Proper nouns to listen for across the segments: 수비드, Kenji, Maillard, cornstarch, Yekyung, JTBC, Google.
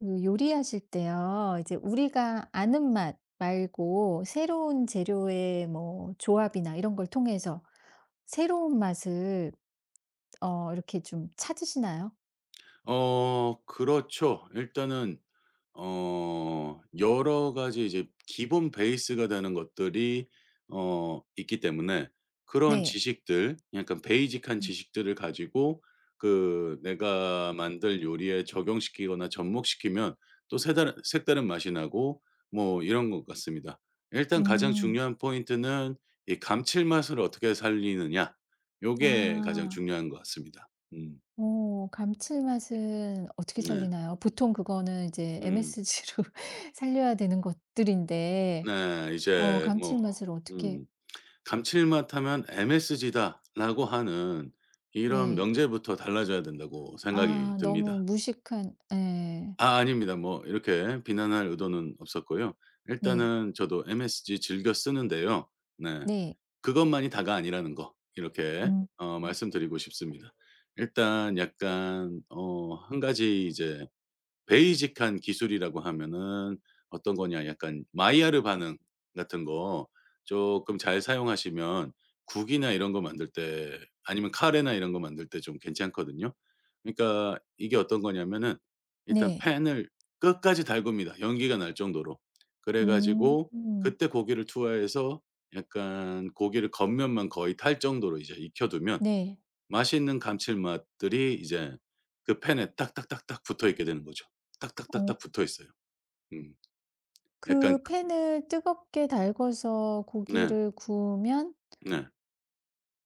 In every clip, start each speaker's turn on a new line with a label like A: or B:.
A: 그 요리하실 때요. 이제 우리가 아는 맛 말고 새로운 재료의 뭐 조합이나 이런 걸 통해서 새로운 맛을 이렇게 좀 찾으시나요?
B: 어 그렇죠. 일단은 여러 가지 이제 기본 베이스가 되는 것들이 있기 때문에 그런
A: 네.
B: 지식들 약간 베이직한
A: 음.
B: 지식들을 가지고 그 내가 만들 요리에 적용시키거나 접목시키면 또 세다른 색다른 맛이 나고 뭐 이런 것 같습니다. 일단 가장
A: 음.
B: 중요한 포인트는 이 감칠맛을 어떻게 살리느냐 요게 가장
A: 아.
B: 중요한 것 같습니다. 음.
A: 오 감칠맛은 어떻게
B: 네.
A: 살리나요? 보통 그거는 이제
B: 음.
A: MSG로 살려야 되는 것들인데
B: 네. 이제 뭐
A: 감칠맛을 어떻게.
B: 음 '감칠맛하면 MSG다.'라고 하는 이런
A: 네.
B: 명제부터 달라져야 된다고 생각이
A: 아 너무
B: 듭니다.
A: 무식한. 네.
B: 아 아닙니다. 뭐 이렇게 비난할 의도는 없었고요.
A: 네.
B: 일단은 저도 MSG 즐겨 쓰는데요. 네.
A: 네.
B: 그것만이 다가 아니라는 거 이렇게
A: 음.
B: 말씀드리고 싶습니다. 일단 약간 한 가지 이제 베이직한 기술이라고 하면은 어떤 거냐 약간 마이야르 반응 같은 거 조금 잘 사용하시면 국이나 이런 거 만들 때 아니면 카레나 이런 거 만들 때 좀 괜찮거든요. 그러니까 이게 어떤 거냐면은 일단
A: 네.
B: 팬을 끝까지 달굽니다, 연기가 날 정도로. 그래 가지고
A: 음.
B: 그때 고기를 투하해서 약간 고기를 겉면만 거의 탈 정도로 이제 익혀 두면
A: 네.
B: 맛있는 감칠맛들이 이제 그 팬에 딱딱딱딱 붙어 있게 되는 거죠. 딱딱딱딱
A: 어
B: 붙어 있어요. 음. 약간
A: 그
B: 그
A: 팬을 뜨겁게 달궈서
B: 네.
A: 고기를 구우면
B: 네.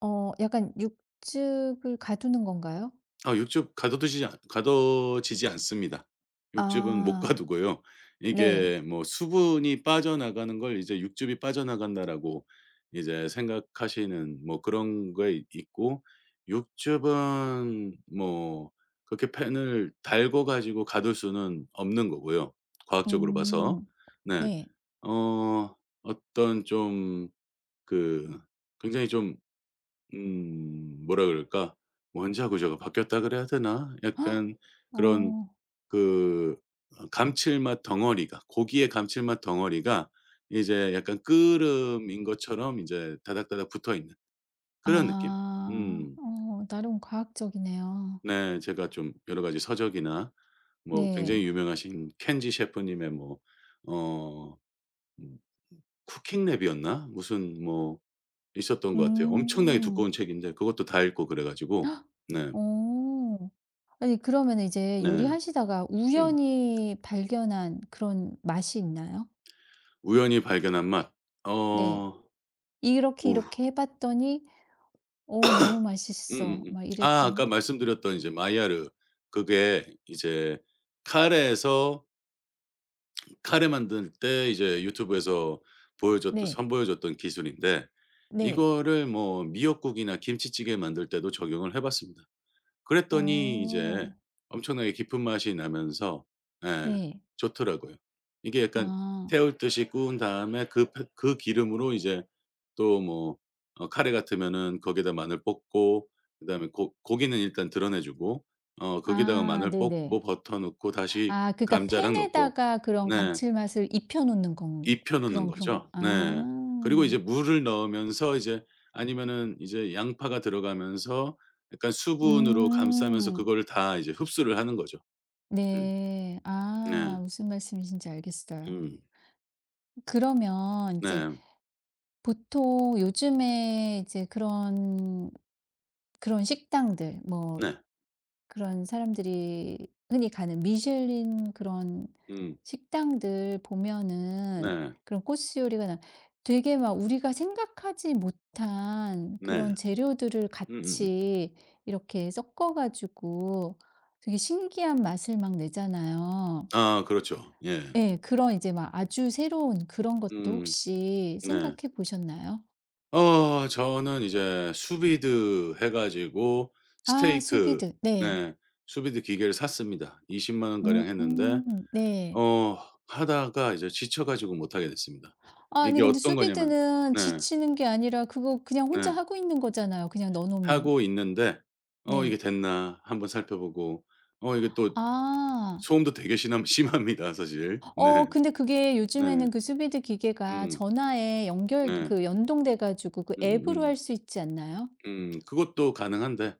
A: 약간 육즙을 가두는 건가요?
B: 아 육즙 가둬두지 않 가둬지지 않습니다. 육즙은 못
A: 아.
B: 가두고요.
A: 네.
B: 이게 뭐 수분이 빠져나가는 걸 이제 '육즙이 빠져나간다.'라고 이제 생각하시는 뭐 그런 거 있고 육즙은 뭐 그렇게 팬을 달궈 가지고 가둘 수는 없는 거고요 과학적으로 봐서.
A: 음.
B: 네.
A: 네.
B: 어 어떤 좀 그 굉장히 좀 뭐라 그럴까? 원자 구조가 바뀌었다 그래야 되나?
A: 헉!
B: 약간 그런
A: 어.
B: 그 감칠맛 덩어리가 고기의 감칠맛 덩어리가 이제 약간 끓음인 것처럼 이제 다닥다닥 붙어있는 그런 느낌.
A: 아.
B: 음.
A: 나름 과학적이네요.
B: 네. 제가 좀 여러 가지 서적이나 뭐
A: 네.
B: 굉장히 유명하신 켄지 셰프님의 뭐 어 음 쿠킹 랩이었나? 무슨 뭐 있었던 것 같아요. 엄청나게
A: 음.
B: 두꺼운 책인데 그것도 다 읽고 그래 가지고
A: 헉!
B: 네.
A: 어. 아니 그러면 이제
B: 네.
A: 요리하시다가
B: 음.
A: 우연히 발견한 그런 맛이 있나요?
B: 우연히 발견한 맛.
A: 네.
B: 어.
A: 이렇게
B: 우
A: 이렇게 해 봤더니 오 너무 맛있어." 막
B: 아 아까
A: 이랬던.
B: 말씀드렸던 이제 마이야르 그게 이제 카레에서 카레 만들 때 이제 유튜브에서 보여줬던
A: 네.
B: 선보여줬던 기술인데
A: 네.
B: 이거를 뭐 미역국이나 김치찌개 만들 때도 적용을 해 봤습니다. 그랬더니 이제
A: 어.
B: 엄청나게 깊은 맛이 나면서 예
A: 네.
B: 좋더라고요. 이게 약간
A: 아.
B: 태울듯이 구운 다음에 그 그 기름으로 이제 또 뭐 카레 같으면은 거기에다 마늘 볶고 그다음에 고 고기는 일단 드러내 주고 거기다가
A: 아
B: 마늘
A: 네네.
B: 볶고 버터 넣고 다시
A: 아 그러니까
B: 감자랑 넣고
A: 팬에다가 그런
B: 네.
A: 감칠맛을 입혀 놓는 건,
B: 입혀 놓는
A: 그런 거
B: 거죠. 네. 그리고
A: 아.
B: 이제 물을 넣으면서 이제 아니면은 이제 양파가 들어가면서 약간 수분으로 감싸면서
A: 음.
B: 그거를 다 이제 흡수를 하는 거죠. 음.
A: 네.
B: 네.
A: 아 무슨 말씀이신지 알겠어요.
B: 음.
A: 그러면 인제
B: 네.
A: 보통 요즘에 이제 그런 그런 식당들 뭐,
B: 네.
A: 그런 사람들이 흔히 가는 미슐린 그런
B: 음.
A: 식당들 보면은
B: 네.
A: 그런 코스 요리가 나 되게 막 우리가 생각하지 못한 그런
B: 네.
A: 재료들을
B: 음음음.
A: 같이 이렇게 섞어 가지고 되게 신기한 맛을 막 내잖아요.
B: 아 그렇죠. 예.
A: 예. 그런 이제 막 아주 새로운 그런 것도
B: 음.
A: 혹시
B: 네.
A: 생각해 보셨나요?
B: 저는 이제 수비드 해 가지고
A: 아
B: 스테이크
A: 수비드. 네.
B: 네 수비드 기계를 샀습니다. 2 0만
A: 음
B: 원가량 했는데
A: 네.
B: 어 하다가 이제 지쳐 가지고 못 하게 됐습니다.
A: 아, 아니
B: 이게
A: 근데
B: 어떤 거냐면
A: 수비드는
B: 네.
A: 지치는 게 아니라 그거 그냥 혼자
B: 네.
A: 하고 있는 거잖아요, 그냥 넣어 놓으면.
B: 하고 있는데 '어 이게
A: 네.
B: 됐나?' 한번 살펴보고 이게 또
A: 아.
B: 소음도 되게 심함 심합니다 사실. 네.
A: 근데 그게
B: 네.
A: 요즘에는 그 수비드 기계가
B: 음.
A: 전화에 연결
B: 네.
A: 그 연동돼 가지고 그 앱으로
B: 음.
A: 할 수 있지 않나요?
B: 그것도 가능한데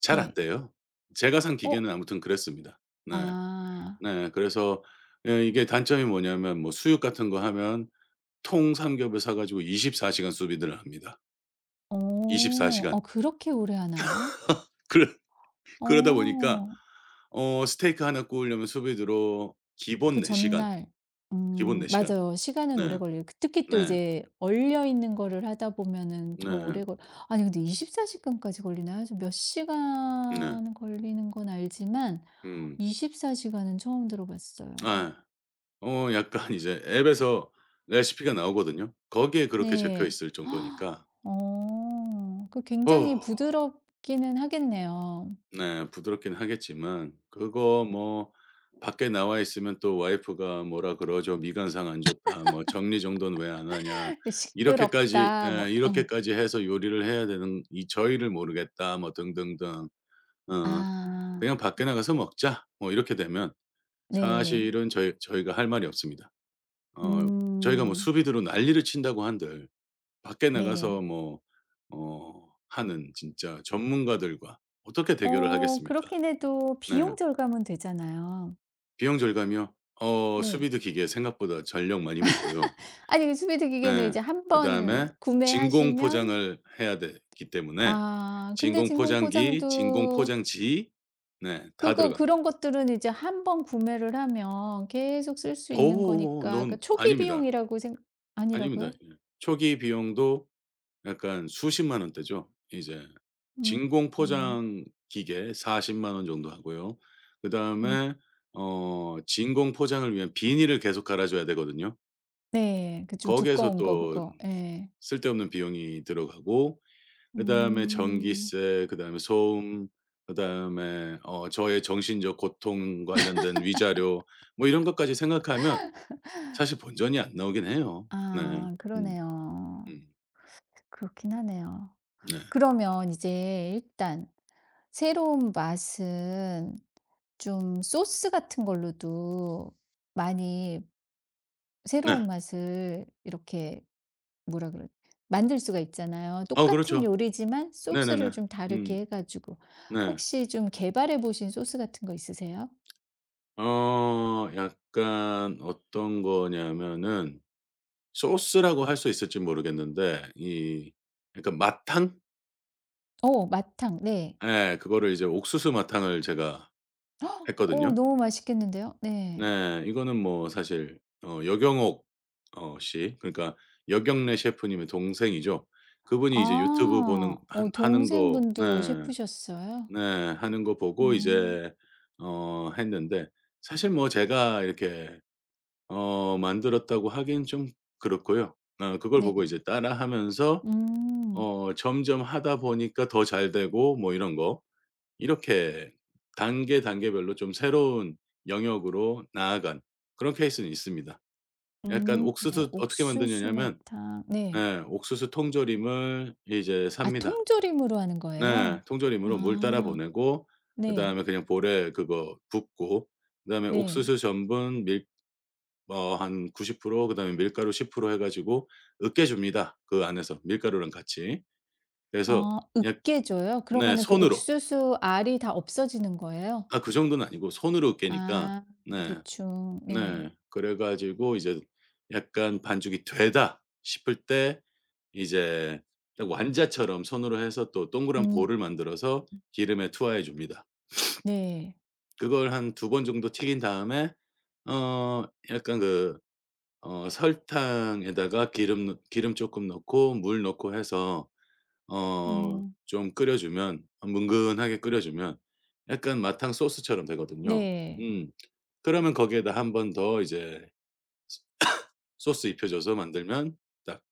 B: 잘 안
A: 네.
B: 돼요. 제가 산
A: 어
B: 기계는 아무튼 그랬습니다. 네.
A: 아.
B: 네. 그래서 예 이게 단점이 뭐냐면 뭐 수육 같은 거 하면 통삼겹을 사 가지고 24 시간 수비드를 합니다.
A: 어.
B: 24 시간.
A: 그렇게 오래 하나요?
B: 그러 그러다 보니까
A: 어.
B: 스테이크 하나 구우려면 수비드로
A: 그
B: 기본 4 시간,
A: 전날
B: 기본 네 시간.
A: 맞아요. 시간은 오래
B: 네.
A: 걸려요. 그 특히 또
B: 네.
A: 이제 얼려 있는 거를 하다 보면은 더
B: 네.
A: 오래 걸. 아니 근데 24시간 시간까지 걸리나요? 저 몇
B: 네.
A: 시간 걸리는 건 알지만
B: 음.
A: 24시간 시간은 처음 들어봤어요.
B: 아. 약간 이제 앱에서 레시피가 나오거든요. 거기에 그렇게 적혀
A: 네.
B: 있을 정도니까.
A: 어. 그
B: 어.
A: 굉장히 부드럽기는 하겠네요.
B: 네. 부드럽긴 하겠지만 그거 뭐 밖에 나와 있으면 또 와이프가 뭐라 그러죠. "미간상 안 좋다." 뭐 "정리 정돈 왜 안 하냐."
A: 그 "시끄럽다." 뭐 어.
B: 이렇게까지 해서 요리를 해야 되는 이 저희를 모르겠다 뭐 등등등. 어.
A: 아.
B: "그냥 밖에 나가서 먹자." 뭐 이렇게 되면
A: 네.
B: 사실은 저희가 할 말이 없습니다. 어 저희가 뭐
A: 음.
B: 수비드로 난리를 친다고 한들 밖에 나가서
A: 네.
B: 뭐 하는 진짜 전문가들과 어떻게 대결을 하겠습니까?
A: 그렇긴 해도
B: 네.
A: 비용 절감은 되잖아요.
B: 비용 절감이요?
A: 네.
B: 수비드 기계 생각보다 전력 많이 먹고요.
A: 아니 스웨드 기계는
B: 네.
A: 이제 한번
B: 그다음에 진공
A: 구매하시면,
B: 포장을 해야 되기 때문에
A: 아 근데
B: 진공
A: 진공
B: 포장기, 진공
A: 포장도
B: 포장지 네 다
A: 그거
B: 들어갑니다.
A: 그런 것들은 이제 한번 구매를 하면 계속 쓸 수 있는
B: 어어어
A: 거니까 그
B: non
A: 초기
B: 아닙니다.
A: 비용이라고 생.
B: 아닙니다.
A: 아니라고요?
B: 예. 초기 비용도 약간 수십만 원대죠. 이제
A: 음.
B: 진공
A: 음.
B: 포장 기계 40만 원 정도 하고요.
A: 음.
B: 그다음에 진공 포장을 위한 비닐을 계속 갈아 줘야 되거든요.
A: 네. 그 좀
B: 거기에서
A: 두꺼운 거
B: 또
A: 그거. 예.
B: 쓸데없는 비용이 들어가고 그다음에
A: 음.
B: 전기세, 그다음에 소음, 그다음에 저의 정신적 고통 관련된 위자료 뭐 이런 것까지 생각하면 사실 본전이 안 나오긴 해요. 네.
A: 아
B: 음.
A: 그러네요.
B: 음.
A: 그렇긴 하네요.
B: 네.
A: 그러면 이제 일단 새로운 맛은 좀 소스 같은 걸로도 많이
B: 네.
A: 새로운 맛을 이렇게 뭐라 그래 만들 수가 있잖아요.
B: 어
A: 똑같은
B: 그렇죠.
A: 요리지만 소스를
B: 네네네.
A: 좀
B: 음.
A: 다르게 해 가지고.
B: 네.
A: 혹시 좀 개발해 보신 소스 같은 거 있으세요?
B: 약간 어떤 거냐면은 소스라고 할 수 있을지 모르겠는데 이 약간 마탕?
A: 어 맛탕. 네.
B: 예. 그거를 이제 옥수수 마탕을 제가
A: 오
B: 했거든요.
A: 너무 맛있겠는데요? 네.
B: 네. 이거는 뭐 사실 여경옥 씨 그러니까 여경래 셰프님의 동생이죠. 그분이 이제 유튜브
A: 아.
B: 보는 하
A: 어
B: 하는 거
A: 동생분도
B: 네.
A: 셰프셨어요?
B: 네. 하는 거 보고
A: 음.
B: 이제 했는데 사실 뭐 제가 이렇게 만들었다고 하긴 좀 그렇고요. 그걸 보고
A: 네.
B: 이제 따라하면서
A: 음.
B: 점점 하다 보니까 더 잘되고 뭐 이런 거 이렇게 단계별로 좀 새로운 영역으로 나아간 그런 케이스는 있습니다. 약간
A: 음.
B: 옥수수 어떻게
A: 옥수수
B: 만드느냐면
A: 맛탕. 네.
B: 예 옥수수 통조림을 이제
A: 아
B: 삽니다.
A: 통조림으로 하는
B: 네.
A: 거예요?
B: 통조림으로 물 따라
A: 아
B: 보내고
A: 네.
B: 그다음에 그냥 볼에 그거 붓고 그다음에
A: 네.
B: 옥수수 전분 밀 뭐 한 90% 그다음에 밀가루 10%해 가지고 으깨 줍니다, 그 안에서 밀가루랑 같이. 그래서
A: 아
B: 약
A: 으깨져요?
B: 네
A: 그러면은 그
B: 손으로.
A: 옥수수 알이 다 없어지는 거예요?
B: 아 그 정도는 아니고 손으로 으깨니까
A: 아
B: 네
A: 대충 네.
B: 네. 그래 가지고 이제 약간 반죽이 되다 싶을 때 이제 딱 완자처럼 손으로 해서 또 동그란
A: 음
B: 볼을 만들어서 기름에 투하해 줍니다.
A: 네.
B: 그걸 한 두번 정도 튀긴 다음에 어 약간 설탕에다가 기름 조금 넣고 물 넣고 해서
A: 음
B: 좀 끓여 주면 뭉근하게 끓여 주면 약간 마탕 소스처럼 되거든요.
A: 네.
B: 음. 그러면 거기에다 한 번 더 이제 소스 입혀줘서 만들면 딱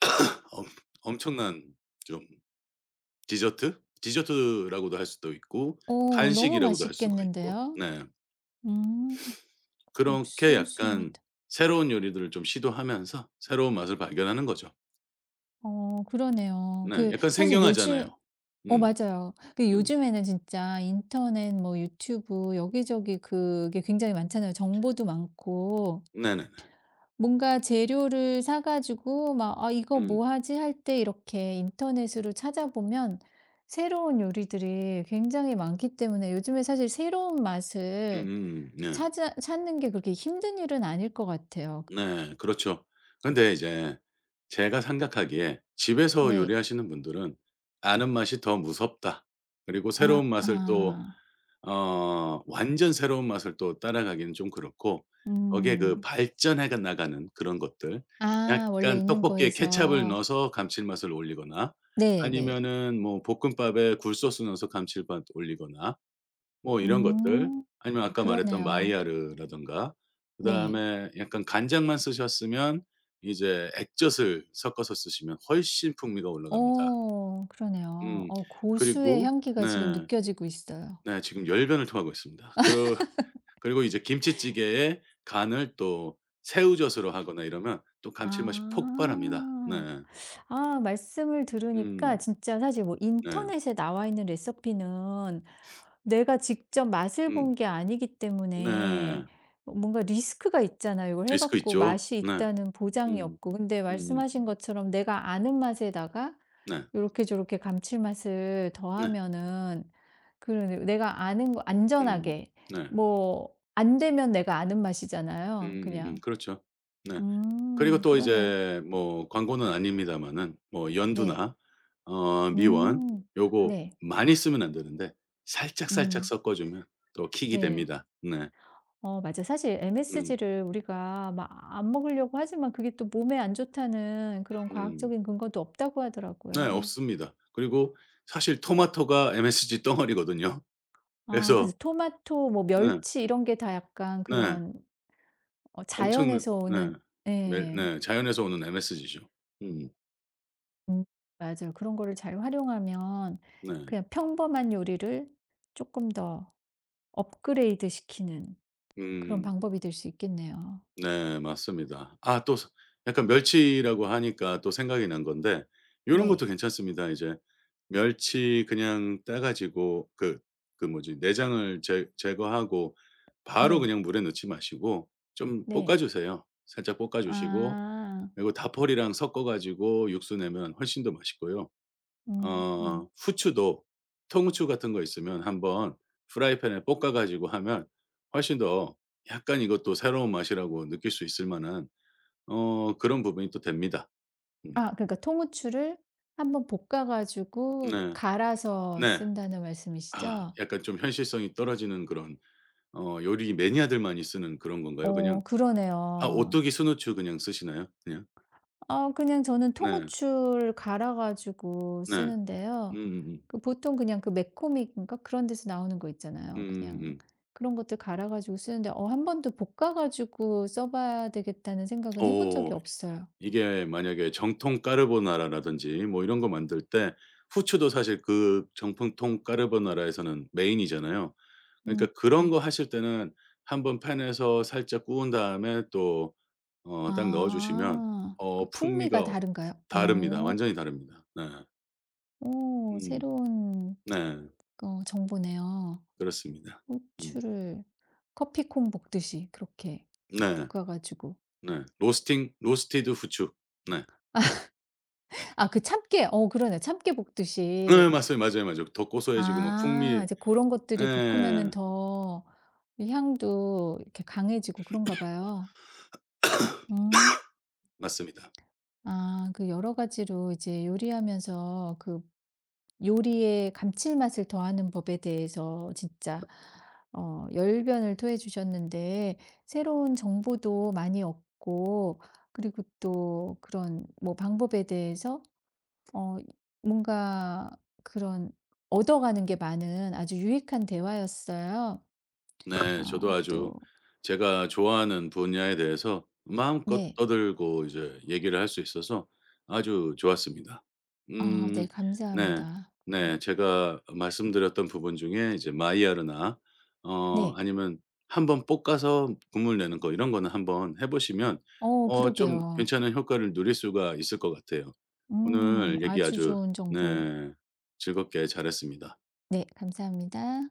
B: 엄 엄청난 좀 디저트? 디저트라고도 할 수도 있고
A: 오, 너무
B: 간식이라고도 할 수가 있고
A: 맛있겠는데요?
B: 네.
A: 음
B: 그렇게
A: 옥수수 맛.
B: 약간 새로운 요리들을 좀 시도하면서 새로운 맛을 발견하는 거죠.
A: 그러네요.
B: 네.
A: 그
B: 약간
A: 사실 요즘
B: 생경하잖아요.
A: 어
B: 음.
A: 맞아요. 그
B: 음.
A: 요즘에는 진짜 인터넷 뭐 유튜브 여기저기 그게 굉장히 많잖아요. 정보도 많고
B: 네네네.
A: 뭔가 재료를 사 가지고 막 '아 이거
B: 음.
A: 뭐 하지?' 할 때 이렇게 인터넷으로 찾아보면 새로운 요리들이 굉장히 많기 때문에 요즘에 사실 새로운 맛을
B: 음음. 네.
A: 찾아 찾는 게 그렇게 힘든 일은 아닐 것 같아요.
B: 네. 그렇죠. 근데 이제 제가 생각하기에 집에서
A: 네.
B: 요리하시는 분들은 "아는 맛이 더 무섭다. 그리고
A: 아
B: 새로운 맛을 또
A: 아.
B: 완전 새로운 맛을 또 따라가기는 좀 그렇고 거기에 그
A: 음.
B: 발전해 나가는 그런 것들
A: 아 원래
B: 약간
A: 있는
B: 떡볶이에 케첩을
A: 거에서.
B: 넣어서 감칠맛을 올리거나
A: 네네.
B: 아니면은 뭐 볶음밥에 굴소스 넣어서 감칠맛 올리거나 뭐 이런 것들
A: 음.
B: 아니면 아까 말했던
A: 그러네요.
B: 마이야르라든가
A: 네.
B: 그다음에 약간 간장만 쓰셨으면 이제 액젓을 섞어서 쓰시면 훨씬 풍미가 올라갑니다.
A: 어 그러네요.
B: 음.
A: 고수의
B: 그리고
A: 향기가 지금
B: 네.
A: 느껴지고 있어요.
B: 네 지금 열변을 통하고 있습니다. 그러 그리고 이제 김치찌개에 간을 또 새우젓으로 하거나 이러면 또 감칠맛이 폭발합니다.
A: 아.
B: 네.
A: 아 말씀을 들으니까
B: 음.
A: 진짜 사실 뭐
B: 네.
A: 인터넷에 나와 있는 레시피는 내가 직접 맛을
B: 음.
A: 본 게 아니기 때문에
B: 네.
A: 뭔가 리스크가 있잖아요. 이걸 해
B: 리스크
A: 갖고
B: 있죠.
A: 맛이
B: 네.
A: 있다는 보장이
B: 음.
A: 없고. 근데
B: 음음.
A: 말씀하신 것처럼 내가 아는 맛에다가
B: 네.
A: 요렇게 저렇게 감칠맛을
B: 네.
A: 더하면은 그러네 내가 아는 거
B: 음음.
A: 안전하게
B: 네.
A: 뭐 안 되면 내가 아는 맛이잖아요 그냥.
B: 그렇죠. 네. 그리고 또
A: 그러네요.
B: 이제 뭐 광고는 아닙니다마는 뭐
A: 네.
B: 연두나 미원
A: 음.
B: 요거
A: 네.
B: 많이 쓰면 안 되는데 살짝살짝
A: 음.
B: 섞어 주면 또 킥이
A: 네.
B: 됩니다. 네.
A: 어 맞아 사실
B: 음.
A: MSG를 우리가 막 안 먹으려고 하지만 그게 또 몸에 안 좋다는 그런
B: 음.
A: 과학적인 근거도 없다고
B: 네
A: 하더라고요.
B: 없습니다. 그리고 사실 토마토가 MSG 덩어리거든요.
A: 아
B: 그래서
A: 그래서 토마토 뭐
B: 네.
A: 멸치 이런 게 다 약간
B: 네.
A: 그런
B: 엄청난
A: 자연에서
B: 네.
A: 오는 예.
B: 네. 자연에서 오는 MSG죠. 음.
A: 음 맞아요. 그런 거를 잘 활용하면
B: 네.
A: 그냥 평범한 요리를 조금 더 업그레이드 시키는 그런
B: 음.
A: 방법이 될 수 있겠네요.
B: 네 맞습니다. 아 또 서 약간 멸치라고 하니까 또 생각이 난 건데 이런 것도
A: 네.
B: 괜찮습니다. 이제 멸치 그냥 따 가지고 그 뭐지 내장을 제 제거하고 바로
A: 네.
B: 그냥 물에 넣지 마시고 좀 볶아
A: 네.
B: 주세요. 살짝 볶아 주시고
A: 아.
B: 그리고 다퍼리랑 섞어 가지고 육수 내면 훨씬 더 맛있고요.
A: 음.
B: 후추도 통후추 같은 거 있으면 한번 프라이팬에 볶아 가지고 하면 훨씬 더 약간 이것도 새로운 맛이라고 느낄 수 있을 만한 그런 부분이 또 됩니다. 음.
A: 아 그러니까 통후추를 한번 볶아 가지고
B: 네.
A: 갈아서
B: 네.
A: 쓴다는
B: 아
A: 말씀이시죠?
B: 약간 좀 현실성이 떨어지는 그런 요리 매니아들만이 쓰는 그런 건가요? 그냥
A: 어
B: 아
A: 그러네요.
B: 오뚜기 순후추 그냥 쓰시나요? 그냥?
A: 아 그냥 저는
B: 네.
A: 통후추를 갈아 가지고
B: 네.
A: 쓰는데요.
B: 음음음.
A: 그 보통 그냥 그 매코믹인가 그런 데서 나오는 거 있잖아요. 그냥
B: 음.
A: 그런 것들 갈아 가지고 쓰는데 한 번도 볶아 가지고 써 봐야 되겠다는 생각은 해본 적이
B: 오,
A: 없어요.
B: 이게 만약에 정통 까르보나라라든지 뭐 이런 거 만들 때 후추도 사실 그 정통통 까르보나라에서는 메인이잖아요. 그러니까
A: 음.
B: 그런 거 하실 때는 한번 팬에서 살짝 구운 다음에 또 딱 넣어 주시면
A: 아. 그 풍미가
B: 풍미가
A: 다른가요?
B: 다릅니다.
A: 어.
B: 완전히 다릅니다. 네.
A: 오
B: 음.
A: 새로운
B: 네.
A: 정보네요.
B: 그렇습니다. 음.
A: 후추를 커피콩 볶듯이 그렇게
B: 네.
A: 볶아 가지고
B: 네. 로스팅 로스티드 후추. 네.
A: 아 그 참깨 그러네. 참깨
B: 네
A: 볶듯이.
B: 맞아요, 맞아요, 맞아요. 더 고소해지고 막
A: 아
B: 풍미
A: 이제 그런 것들이 볶으면은
B: 예.
A: 더 이 향도 이렇게 강해지고 그런가 봐요. 음.
B: 맞습니다.
A: 아 그 여러 가지로 이제 요리하면서 그 요리에 감칠맛을 더하는 법에 대해서 진짜 열변을 토해 주셨는데 새로운 정보도 많이 얻고 그리고 또 그런 뭐 방법에 대해서 어 뭔가 그런 얻어가는 게 많은 아주 유익한 대화였어요.
B: 네. 저도
A: 아
B: 아주
A: 또
B: 제가 좋아하는 분야에 대해서 마음껏
A: 네.
B: 떠들고 이제 얘기를 할 수 있어서 아주 좋았습니다.
A: 아
B: 음
A: 네
B: 네.
A: 감사합니다. 음
B: 네. 제가 말씀드렸던 부분 중에 이제 마이야르나
A: 네.
B: 아니면 한번 볶아서 국물 내는 거 이런 거는 한번 해 보시면
A: 어
B: 좀
A: 그러게요.
B: 괜찮은 효과를 누릴 수가 있을 것 같아요. 오늘 얘기
A: 아주
B: 아주
A: 좋은 정보.
B: 네. 즐겁게 잘했습니다.
A: 네 감사합니다.